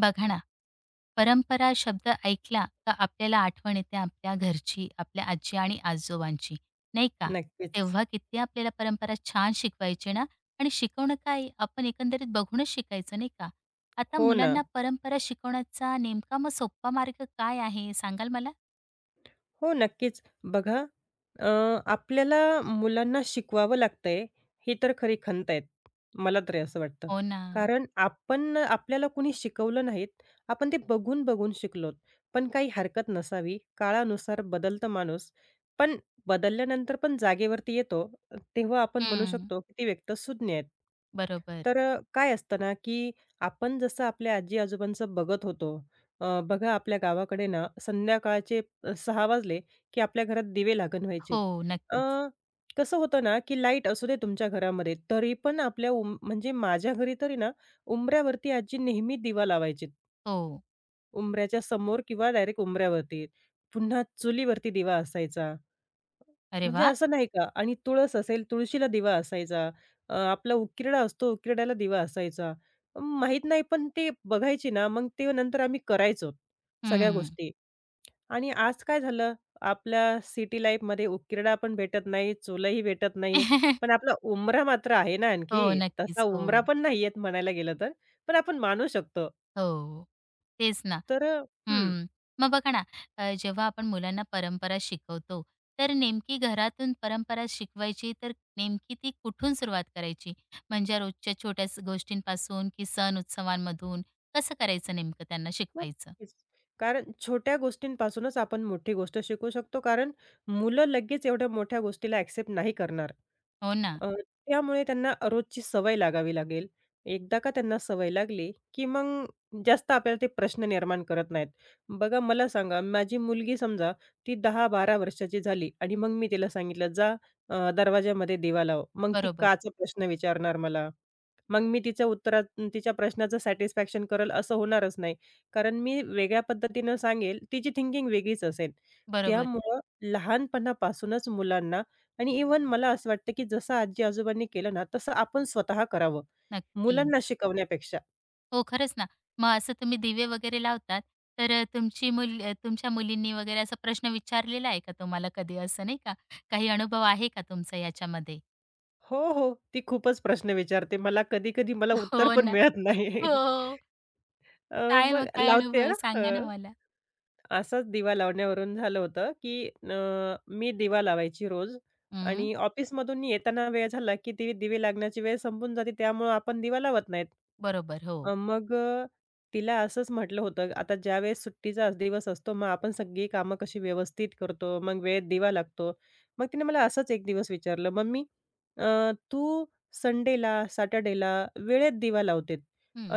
बघा ना, परंपरा शब्द ऐकला का आपल्याला आठवण येते आपल्या घरची, आपल्या आजी आणि आजोबांची, नाही का? नक्कीच. तेव्हा किती आपल्याला परंपरा छान शिकवायचे ना आणि शिकवणं काय, आपण एकंदरीत बघूनच शिकायचं, नाही का? आता हो ना. मुलांना परंपरा शिकवण्याचा नेमका मग सोप्पा मार्ग काय आहे, सांगाल मला? हो, नक्कीच. बघा, अ, आपल्याला मुलांना शिकवावं लागतंय, ही तर खरी खंत आहे. मला तरी असं वाटतं. हो ना. कारण आपण आपल्याला कुणी शिकवलं नाहीत. आपण ते बघून-बघून शिकलोत. पण काही हरकत नसावी. काळानुसार बदलतं माणूस. पण बदलल्यानंतर पण जागेवरती येतो. तेव्हा आपण म्हणू हं. शकतो की ती व्यक्ती सुज्ञ आहेत. बरोबर. तर काय असतं ना, की आपण जसं आपल्या आजी-आजोबांचं बघत होतो. बघा आपल्या गावाकडे ना संध्याकाळचे 6 वाजले, की आपल्या घरात दिवे लागण व्हायचे. हो, अ, नक्कीच. कसं होतं ना, की लाईट असू दे तुमच्या घरामध्ये, तरी पण आपल्या म्हणजे माझ्या घरी तरी ना, उंबऱ्यावरती आजी नेहमी दिवा लावायची. हो. उंबऱ्याच्या समोर किंवा डायरेक्ट उंबऱ्यावरती. पुन्हा चुलीवरती दिवा असायचा. अरे म्हणजे वाह! असं नाही का? आणि तुळस असेल, तुळशीला दिवा असायचा. आपला उकिरडा असतो, उकिरड्याला दिवा असायचा. माहीत नाही, पण ते बघायची ना, मग ते नंतर आम्ही करायचो सगळ्या हं. गोष्टी. आणि आज काय झालं, आपल्या सिटी लाईफमध्ये उकिरडा पण भेटत नाही, चुलही भेटत नाही, पण आपला उंबरा मात्र आहे ना हो, आणखी. तसा नक्कीच. हो. उंबरा पण नाही येत म्हणायला गेलं तर, पण आपण मानू शकतो. हो. तेच ना. तर हं. मग बघा ना, जेव्हा आपण मुलांना परंपरा शिकवतो, तर नेमकी घरातून परंपरा शिकवायची, तर नेमकी ती कुठून सुरुवात करायची? म्हणजे रोजच्या छोट्या स गोष्टींपासून की सण उत्सवांमधून कसं करायचं नेमकं त्यांना हो, शिकवायचं? नक्कीच. कारण छोट्या गोष्टींपासूनच आपण मोठी गोष्ट शिकू शकतो, कारण मुलं लगेच एवढ्या मोठ्या गोष्टीला ॲक्सेप्ट नाही करणार. हो ना. अ, त्यामुळे त्यांना रोजची सवय लागावी लागेल. एकदा का त्यांना सवय लागली, की मग जास्त आपल्याला ते प्रश्न निर्माण करत नाहीत. बघा मला सांगा, माझी मुलगी समजा ती 10-12 वर्षाची झाली आणि मग मी तिला सांगितलं, "जा, दरवाजामध्ये दिवा लाव." मग ती बरोबर, काचा प्रश्न विचारणार मला. मग मी तिच्या उत्तरा तिच्या प्रश्नाचं सॅटिस्फॅक्शन करेल असं होणारच नाही. कारण मी वेगळ्या पद्धतीनं सांगेल, तिची थिंकिंग वेगळीच असेल. बरोबर. त्यामुळं लहानपणापासूनच मुलांना आणि इव्हन मला असं वाटतं, की जसं आजी-आजोबांनी केलं ना, तसं आपण स्वतः करावं. मुलांना नक्कीच. शिकवण्यापेक्षा. हो, खरंच ना. मग असं तुम्ही दिवे वगैरे लावतात, तर तुमच्या मुलींनी वगैरे असा प्रश्न विचारलेला आहे का तुम्हाला कधी असं नाही का? काही अनुभव आहे का तुमचा याच्यामध्ये? हो, हो. ती खूपच प्रश्न विचारते. मला कधी-कधी मला उत्तर हो पण ना. मिळत नाही. हो. अ, काय मग मग काय अनुभव लावते आहे? सांगा ना हां. मला? असाच दिवा लावण्यावरून झालं होतं, की मी दिवा लावायची रोज हं, आणि ऑफिसमधून येताना वेळ झाला, की ती दिवे लागण्याची वेळ संपून जाते, त्यामुळं आपण दिवा लावत नाहीत. बरोबर. हो. अ, मग अ, तिला असंच म्हटलं होतं, "आता ज्यावेळेस सुट्टीचा आज दिवस असतो, मग आपण सगळी कामं कशी व्यवस्थित करतो, मग वेळेत दिवा लागतो." मग तिने मला असंच एक दिवस विचारलं, "मम्मी, अ, तू संडेला, सॅटर्डेला वेळेत दिवा लावते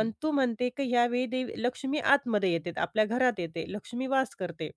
अन् तू म्हणते, की ह्यावेळी देवी लक्ष्मी आतमध्ये येते, आपल्या घरात येते, लक्ष्मी वास करते.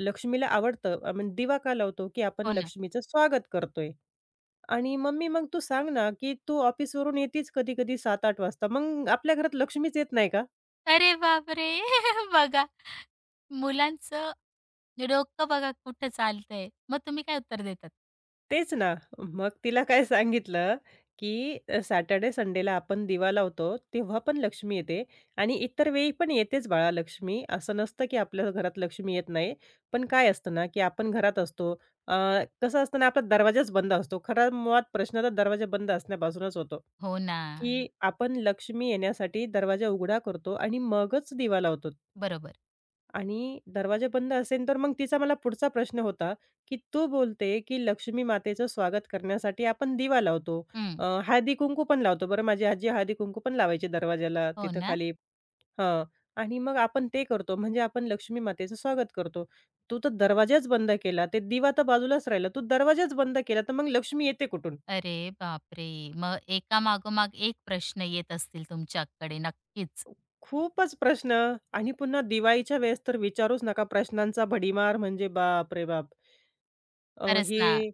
लक्ष्मीला आवडतं आपण दिवा का लावतो, की आपण हो ना. लक्ष्मीचं स्वागत करतोय. आणि मम्मी मग तू सांग ना, की तू ऑफिसवरून येतीच कधी-कधी सात 800 वाजता. मग आपल्या घरात लक्ष्मीच येत नाही का? अरे बापरे! बघा मुलांचं डोकं बघा कुठं चालतंय. मग तुम्ही काय उत्तर देतात? तेच ना. मग तिला काय सांगितलं, की सॅटर्डे संडेला आपण दिवा लावतो, तेव्हा पण लक्ष्मी येते आणि इतर वेळी पण येतेच बाळा लक्ष्मी. असं नसतं, की आपल्या घरात लक्ष्मी येत नाही. पण काय असतं ना, की आपण घरात असतो. अ, कसं असतं ना, आपला दरवाजाच बंद असतो. खरा मुळात प्रश्न तर दरवाजा बंद असण्यापासूनच होतो. हो ना. की आपण लक्ष्मी येण्यासाठी दरवाजा उघडा करतो आणि मगच दिवा लावतो बरोबर. आणि दरवाजा बंद असेल तर मग तिचा मला पुढचा प्रश्न होता, की तू बोलते, की लक्ष्मी मातेचं स्वागत करण्यासाठी आपण दिवा लावतो. हं. हळदी-कुंकू पण लावतो. बरं माझी आजी हळदी-कुंकू पण लावायची दरवाजाला हो तिथं ना. खाली हां. आणि मग आपण ते करतो म्हणजे आपण लक्ष्मी मातेचं स्वागत करतो. तू तर दरवाजाच बंद केला. ते दिवा तर बाजूलाच राहिला. तू दरवाजाच बंद केला तर मग लक्ष्मी येते कुठून? अरे बापरे! मग एका मागोमाग एक प्रश्न येत असतील तुमच्याकडे नक्कीच. खूपच प्रश्न आणि पुन्हा दिवाळीच्या वेळेस तर विचारूच नका प्रश्नांचा भडीमार म्हणजे बाप रे बाप! अ, खरंच ना. हे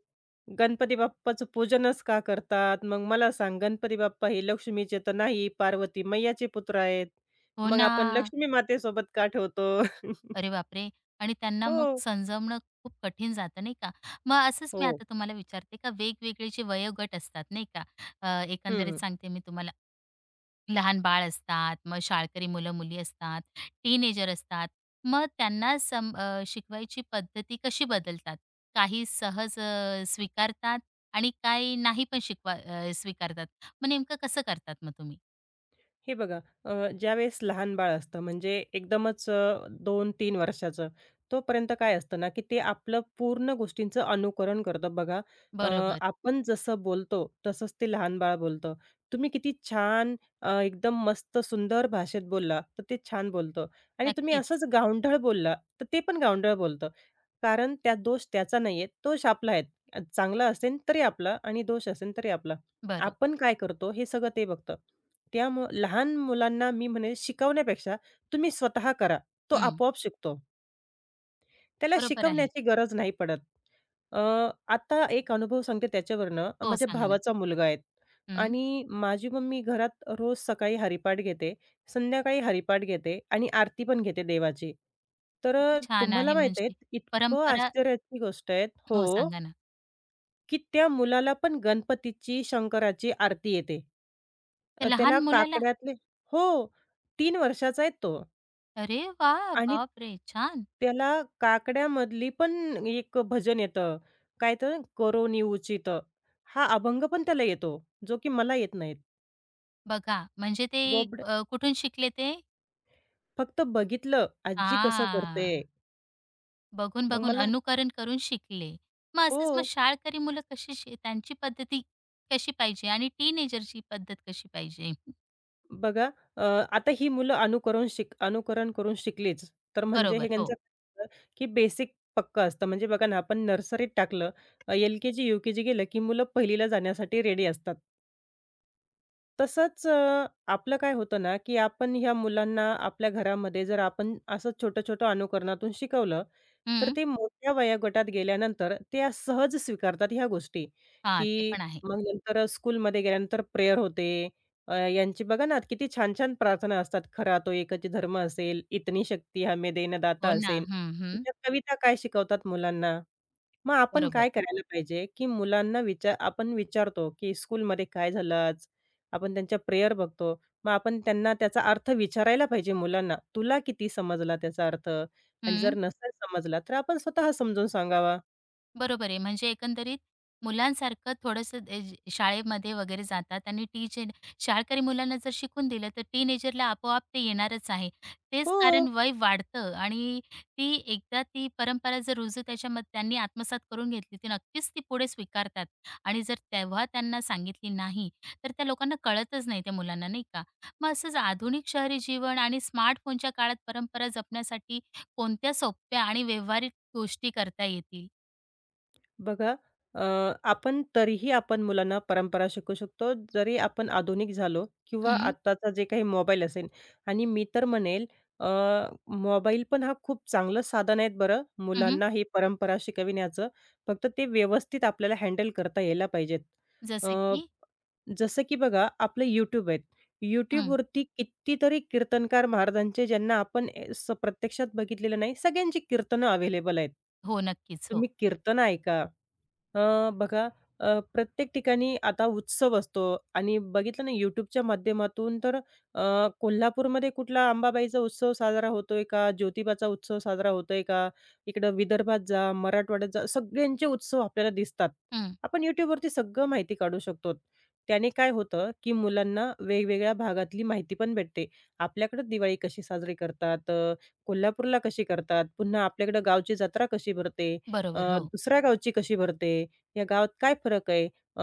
गणपती बाप्पाचं पूजनच का करतात? मग मला सांग गणपती बाप्पा हे लक्ष्मीचे तर नाही, पार्वती मैयाचे पुत्र आहेत. हो मग ना. आपण लक्ष्मी मातेसोबत का ठेवतो? अरे बापरे! आणि त्यांना मग हो, समजावणं खूप कठीण जातं नाही का? मग असंच मी हो. आता तुम्हाला विचारते का वेगवेगळे जे वयोगट असतात नाही का? हं, एकंदरीत सांगते मी तुम्हाला लहान बाळ असतात, मग शाळकरी मुलं-मुली असतात, टीनेजर असतात. मग त्यांना शिकवायची पद्धती कशी बदलतात? काही सहज स्वीकारतात आणि काही नाही पण स्वीकारतात. मग नेमकं कसं करतात मग तुम्ही? हे बघा, अ, ज्यावेळेस लहान बाळ असतं म्हणजे एकदमच 2-3 वर्षाचं, तोपर्यंत काय असतं ना, की ते आपलं पूर्ण गोष्टींचं अनुकरण करतं. बघा, अ, बरोबर. आपण जसं बोलतो तसंच ते लहान बाळ बोलतं. तुम्ही किती छान, एकदम मस्त सुंदर भाषेत बोलला, तर ते छान बोलतं आणि तुम्ही नक्कीच. असंच गावंढळ बोलला, तर ते पण गावंढळ बोलतं. कारण त्यात दोष त्याचा नाहीये, दोष आपला आहे. चांगला असेल तरी आपला आणि दोष असेल तरी आपला. बरं. आपण काय करतो हे सगळं ते बघतं. लहान मुलांना मी म्हणेन शिकवण्यापेक्षा तुम्ही स्वतः करा. तो हं. आपोआप शिकतो. त्याला बरोबर आहे. शिकवण्याची गरज नाही पडत. अ, आता एक अनुभव सांगते त्याच्यावरनं. हो, माझ्या सांगा ना. भावाचा मुलगा आहे हं. आणि माझी मम्मी घरात रोज सकाळी हरिपाठ घेते, संध्याकाळी हरिपाठ घेते आणि आरती पण घेते देवाची. तर किती छान तुम्हाला आहे माहीत आहे, म्हणजे इतकं परंपरा आश्चर्याची गोष्ट आहे हो, हो. सांगा ना. की त्या मुलाला पण गणपतीची, शंकराची आरती येते. ते त्याला लहान मुलाला काकड्यातले हो, 3 वर्षाचा आहे तो अरे वाह! आणि बापरे! छान. त्याला काकड्यामधली पण एक भजन येतं. काय तर "करोनी उचित" हा अभंग पण त्याला येतो, जो की मला येत नाहीत. बघा म्हणजे ते बोबड्या कुठून शिकले ते? फक्त बघितलं, आजी कसं करते. हां, मग बघून-बघून मला अनुकरण करून शिकले. मग हो. असंच मग शाळकरी मुलं कशी शि त्यांची पद्धती कशी पाहिजे आणि टीनेजरची पद्धत कशी पाहिजे? बघा, अ, आता ही मुलं अनुकरण करून शिकलीच, तर म्हणजे हे बरोबर, त्यांचं हो. काय असतं, की बेसिक पक्कं असतं. म्हणजे बघा ना, आपण नर्सरीत टाकलं, एल-के-जी, यू-के-जी गेलं, की मुलं पहिलीला जाण्यासाठी रेडी असतात. तसंच आपलं काय होतं ना, की आपण ह्या मुलांना आपल्या घरामध्ये जर आपण असं छोटं-छोटं अनुकरणातून शिकवलं, तर हं. ते मोठ्या वयोगटात गेल्यानंतर त्या सहज स्वीकारतात ह्या गोष्टी, हां, ते की पण आहे. मग नंतर स्कूलमध्ये गेल्यानंतर प्रेयर होते. यांची बघा ना, किती छान-छान प्रार्थना असतात. खरा तो एकच धर्म असेल, इतनी शक्ती हमें देन दाता हो ना. असेन. हं, हं. ह्या कविता काय शिकवतात मुलांना? मग आपण बरोबर. काय करायला पाहिजे, की मुलांना आपण विचारतो, की स्कूलमध्ये काय झालं आज? आपण त्यांच्या प्रेयर बघतो. मग आपण त्यांना त्याचा अर्थ विचारायला पाहिजे मुलांना. तुला किती समजला त्याचा अर्थ? आणि जर हं. नसेल समजला, तर आपण स्वतः समजून सांगावा. बरोबर आहे. म्हणजे एकंदरीत मुलांसारखं थोडंसं शाळेमध्ये वगैरे जातात आणि टीचर शाळकरी मुलांना जर शिकून दिलं तर टीनेजरला आपोआप ते येणारच आहे. तेच हो. कारण वय वाढतं आणि ती एकदा ती परंपरा जर रुजू त्याच्यामध्ये त्यांनी आत्मसात करून घेतली, ती नक्कीच ती पुढे स्वीकारतात आणि जर तेव्हा त्यांना सांगितली नाही, तर त्या लोकांना कळतच नाही त्या मुलांना, नाही का? मग असंच आधुनिक शहरी जीवन आणि स्मार्टफोनच्या काळात परंपरा जपण्यासाठी कोणत्या सोप्या आणि व्यावहारिक गोष्टी करता येतील? बघा, अ, आपण तरीही आपण मुलांना परंपरा शिकवू शकतो, जरी आपण आधुनिक झालो किंवा हं. आत्ताचा जे काही मोबाईल असेल आणि मी तर म्हणेल, अ, मोबाईल पण हा खूप चांगलं साधन आहे बरं, हं, हं. मुलांना ही परंपरा शिकविण्याचं. फक्त ते व्यवस्थित आपल्याला हँडल करता यायला पाहिजेत. अ, की जसं की बघा आपलं YouTube आहेत. हं. YouTubeवरती कितीतरी कीर्तनकार महाराजांचे ज्यांना आपण ए स प्रत्यक्षात बघितलेलं नाही, सगळ्यांची कीर्तनं अवेलेबल आहेत. हो, नक्कीच. हो. तुम्ही कीर्तन ऐका. अ, बघा प्रत्येक ठिकाणी आता उत्सव असतो आणि बघितलं ना यूट्यूबच्या माध्यमातून तर अ, कोल्हापूरमध्ये कुठला अंबाबाईचा उत्सव साजरा होतोय का? ज्योतिबाचा उत्सव साजरा होतोय का? इकडं विदर्भात जा, मराठवाड्यात जा, सगळ्यांचे उत्सव आपल्याला दिसतात. हं. आपण यूट्यूबवरती सगळं माहिती काढू शकतो. त्याने काय होतं, की मुलांना वेगवेगळ्या भागातली माहिती पण भेटते. आपल्याकडे दिवाळी कशी साजरी करतात, कोल्हापूरला कशी करतात, पुन्हा आपल्याकडे गावची जत्रा कशी भरते, अ, बरोबर. हो. दुसऱ्या गावची कशी भरते. या गावात काय फरक आहे? अ,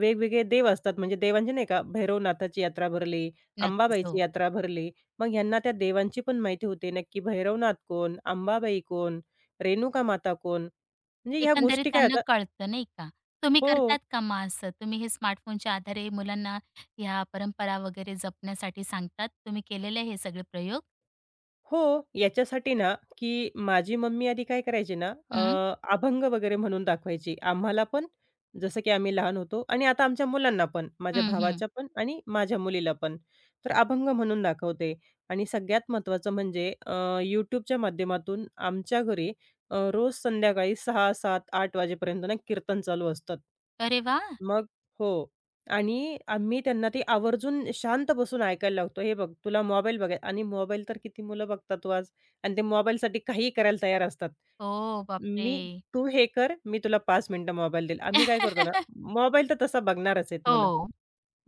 वेगवेगळे देव असतात म्हणजे देवांचे नाही का भैरवनाथाची यात्रा भरली, नक्कीच. हो. अंबाबाईची यात्रा भरली. मग ह्यांना त्या देवांची पण माहिती होते नक्की भैरवनाथ कोण? अंबाबाई कोण? रेणुका माता कोण? म्हणजे ह्या एकंदरीत गोष्टी काय त्यांना आता कळतं नाही का? तुम्ही हो. करतात का मग असं? तुम्ही हे स्मार्टफोनच्या आधारे मुलांना ह्या परंपरा वगैरे जपण्यासाठी सांगतात? तुम्ही केलेले हे सगळे प्रयोग? हो, याच्यासाठी ना, की माझी मम्मी आधी काय करायची ना, हं. अभंग वगैरे म्हणून दाखवायची आम्हाला पण, जसं की आम्ही लहान होतो आणि आता आमच्या मुलांना पण, माझ्या हं, हं. भावाच्या पण आणि माझ्या मुलीला पण. तर अभंग म्हणून दाखवते आणि सगळ्यात महत्त्वाचं म्हणजे, YouTubeच्या माध्यमातून आमच्या घरी, रोज संध्याकाळी 6, 7, 8 वाजेपर्यंत ना कीर्तन चालू असतात. अरे वाह! मग हो. आणि आम्ही त्यांना ते आवर्जून शांत बसून ऐकायला लावतो. "हे बघ, तुला मोबाईल बघाय," आणि मोबाईल तर किती मुलं बघतात ओ आज आणि ते मोबाईलसाठी काहीही करायला तयार असतात. हो, बापरे! "मी तू हे कर, मी तुला 5 मिनिटं मोबाईल देईल." आम्ही काय करतो ना, मोबाईल तर तसा बघणारच आहेत मुलं. हो.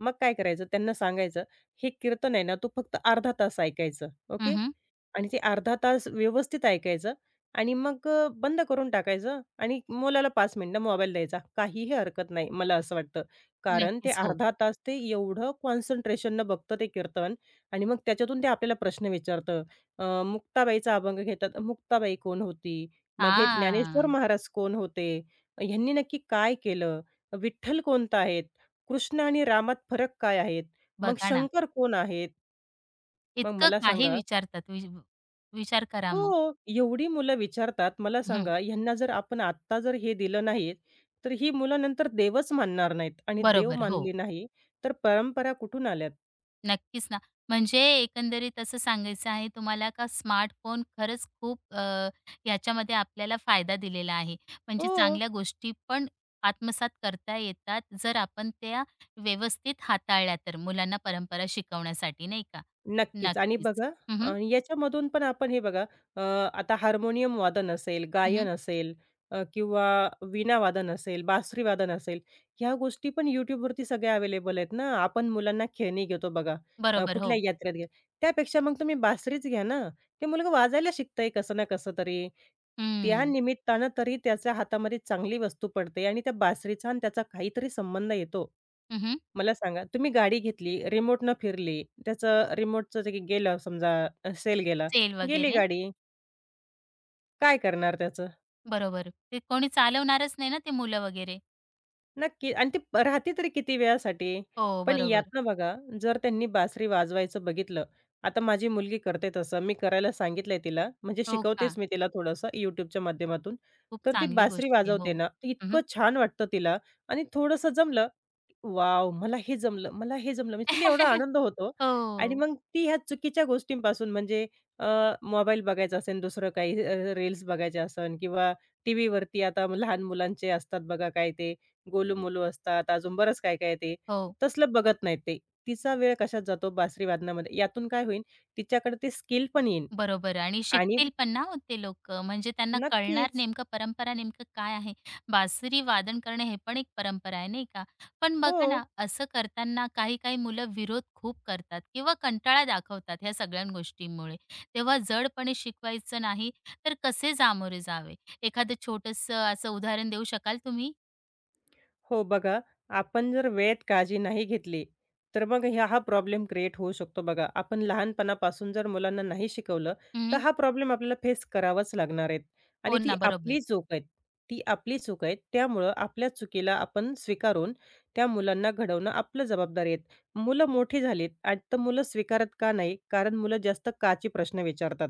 मग काय करायचं त्यांना सांगायचं, "हे कीर्तन आहे ना, तू फक्त अर्धा तास ऐकायचं, ओके?" हं, आणि ते अर्धा तास व्यवस्थित ऐकायचं आणि मग बंद करून टाकायचं आणि मुलाला 5 मिनिटं मोबाईल द्यायचा. काहीही हरकत नाही, मला असं वाटतं. कारण ते नक्कीच. हो. अर्धा तास ते एवढं कॉन्सन्ट्रेशननं बघतं ते कीर्तन आणि मग त्याच्यातून ते आपल्याला प्रश्न विचारतं. मुक्ताबाईचा अभंग घेतात, मुक्ताबाई कोण होती? मग हे ज्ञानेश्वर हां. महाराज कोण होते? ह्यांनी नक्की काय केलं? विठ्ठल कोणता आहे? कृष्ण आणि रामात फरक काय आहेत? मग बघा ना, शंकर कोण आहेत? मग इतकं मला काही सांगा, विचारतात. विचार करा हो, मग. एवढी मुलं विचारतात. मला हं. सांगा, ह्यांना जर आपण आत्ता जर हे दिलं नाही, तर ही मुलं नंतर देवच मानणार नाहीत आणि देव बरोबर. हो. मानली नाही, तर परंपरा कुठून आल्यात? नक्कीच ना. म्हणजे एकंदरीत असं सांगायचं आहे तुम्हाला का स्मार्टफोन खरंच खूप याच्यामध्ये आपल्याला फायदा दिलेला आहे. म्हणजे हो. चांगल्या गोष्टी पण आत्मसात करता येतात, जर आपण त्या व्यवस्थित हाताळल्या तर, मुलांना परंपरा शिकवण्यासाठी नाही का? नक्कीच आणि नक्कीच. बघा, हं, हं. याच्यामधून पण आपण हे बघा, अ, आता हार्मोनियम वादन असेल, गायन असेल किंवा वीणा वादन असेल, बासरी वादन असेल, ह्या गोष्टी पण YouTubeवरती सगळ्या अवेलेबल आहेत ना. आपण मुलांना खेळणी घेतो बघा, बरोबर कुठल्या हो. यात्रेत घ्या. त्यापेक्षा मग तुम्ही बासरीच घ्या ना. ते मुलगा वाजायला शिकतंय कसं ना कसं तरी. त्या हं. निमित्तानं तरी त्याच्या हातामध्ये चांगली वस्तू पडते आणि त्या बासरीचा आणि त्याचा काहीतरी संबंध येतो. हं, मला सांगा, तुम्ही गाडी घेतली, रिमोटनं फिरली, त्याचं रिमोटचं जे गेलं समजा, सेल गेला, सेल गेली वगैरे. गाडी. काय करणार त्याचं? बरोबर. ते कोणी चालवणारच नाही ना ते मुलं वगैरे. नक्की आणि ती प राहते तरी किती वेळासाठी. हो, पण बरोबर. यातनं बघा, जर त्यांनी बासरी वाजवायचं बघितलं, आता माझी मुलगी करते तसं. मी करायला सांगितलंय तिला, म्हणजे हो शिकवतेच का? मी तिला थोडंसं YouTubeच्या माध्यमातून. खूप तर ती चांगली बासरी गोष्ट आहे. हो. वाजवते ना, तर हं, इतकं छान वाटतं तिला आणि थोडंसं जमलं, "वॉव! मला हे जमलं, मला हे जमलं." म्हणजे तिला एवढा आनंद होतो आणि हो. मग ती ह्या चुकीच्या गोष्टींपासून म्हणजे मोबाईल बघायचा असेल, दुसरं काही रील्स बघायचे असेल किंवा टीव्हीवरती आता लहान मुलांचे असतात बघा काय ते गोलू-मोलू असतात, अजून बरंच काय-काय आहे ते. हो, तसलं बघत नाहीत ते. तिचा वेळ कशात जातो बासरी वादनामध्ये. यातून काय होईल तिच्याकडे ते स्किल पण येईल बरोबर आणि आणि शिकतील पण ना हो ते लोकं. म्हणजे त्यांना कळणार नक्कीच. नेमकं परंपरा नेमकं काय आहे. बासरी वादन करणं हे पण एक परंपरा आहे, नाही का? पण हो. बघा ना, असं करताना काही-काही मुलं विरोध खूप करतात किंवा कंटाळा दाखवतात ह्या सगळ्या गोष्टींमुळे. तेव्हा जडपणे शिकवायचं नाही, तर कसे सामोरे जावे? एखादं छोटंसं असं उदाहरण देऊ शकाल तुम्ही? हो बघा, आपण जर वेळेत काळजी नाही घेतली, तर मग हा प्रॉब्लेम क्रिएट होऊ शकतो बघा. आपण लहानपणापासून जर मुलांना नाही शिकवलं, तर हं, हा प्रॉब्लेम आपल्याला फेस करावाच लागणार आहेत. आणि हो ती ना, बरोबर. आपली चूक आहे, ती आपली चूक आहे. त्यामुळं आपल्या चुकीला आपण स्वीकारून त्या मुलांना घडवणं आपलं जबाबदारी आहे. मुलं मोठी झालीत आणि तर मुलं स्वीकारत का नाही? कारण मुलं जास्त काचे प्रश्न विचारतात.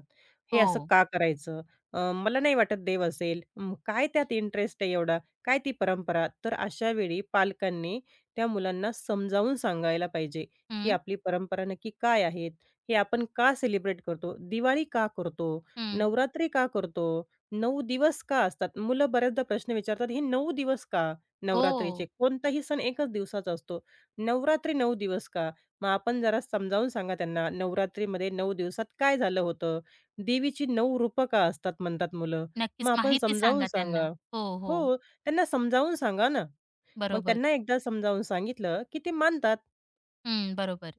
हे असं हो. का करायचं? मला नाही वाटत देव असेल. काय त्यात इंटरेस्ट आहे एवढा? काय ती परंपरा? तर अशा वेळी पालकांनी त्या मुलांना समजावून सांगायला पाहिजे, की हं, आपली परंपरा नक्की काय आहेत? हे आपण का सेलिब्रेट करतो? दिवाळी का करतो? हं. नवरात्री का करतो? 9 दिवस का असतात? मुलं बऱ्याचदा प्रश्न विचारतात, "हे 9 दिवस का नवरात्रीचे? हो, कोणताही सण एकच दिवसाचा असतो. नवरात्री 9 दिवस का?" मग आपण जरा समजावून सांगा त्यांना, नवरात्रीमध्ये 9 दिवसात काय झालं होतं? देवीची 9 रूपं का असतात म्हणतात मुलं? मग नक्कीच. आपण माहिती समजावून सांगा त्यांना. सांगा. हो, हो. हो, त्यांना समजावून सांगा ना. मग बरोबर. त्यांना एकदा समजावून सांगितलं, की ते मानतात. हं, बरोबर.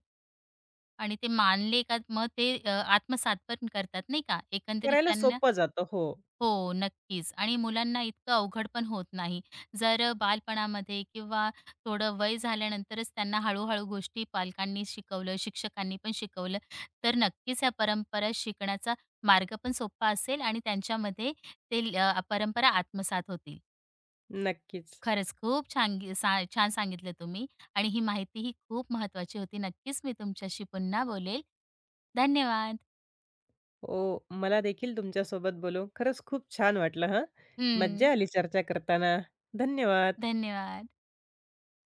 आणि ते मानले का मग ते आत्मसात पण करतात नाही का. एकंदरीत करायला त्यांना सोपं जातं. हो, हो, नक्कीच आणि मुलांना इतकं अवघड पण होत नाही. जर बालपणामध्ये किंवा थोडं वय झाल्यानंतरच त्यांना हळू-हळू गोष्टी पालकांनी शिकवलं, शिक्षकांनी पण शिकवलं, तर नक्कीच ह्या परंपरा शिकण्याचा मार्ग पण सोपा असेल आणि त्यांच्यामध्ये परंपरा आत्मसात होतील. नक्कीच. खरंच खूप छान गी सा छान सांगितलं तुम्ही आणि ही माहिती ही खूप महत्त्वाची होती. नक्कीच मी तुमच्याशी पुन्हा बोलेल. धन्यवाद. हो, मला देखील तुमच्यासोबत बोलून खरंच खूप छान वाटलं हं. मज्जा हं. आली चर्चा करताना. धन्यवाद. धन्यवाद.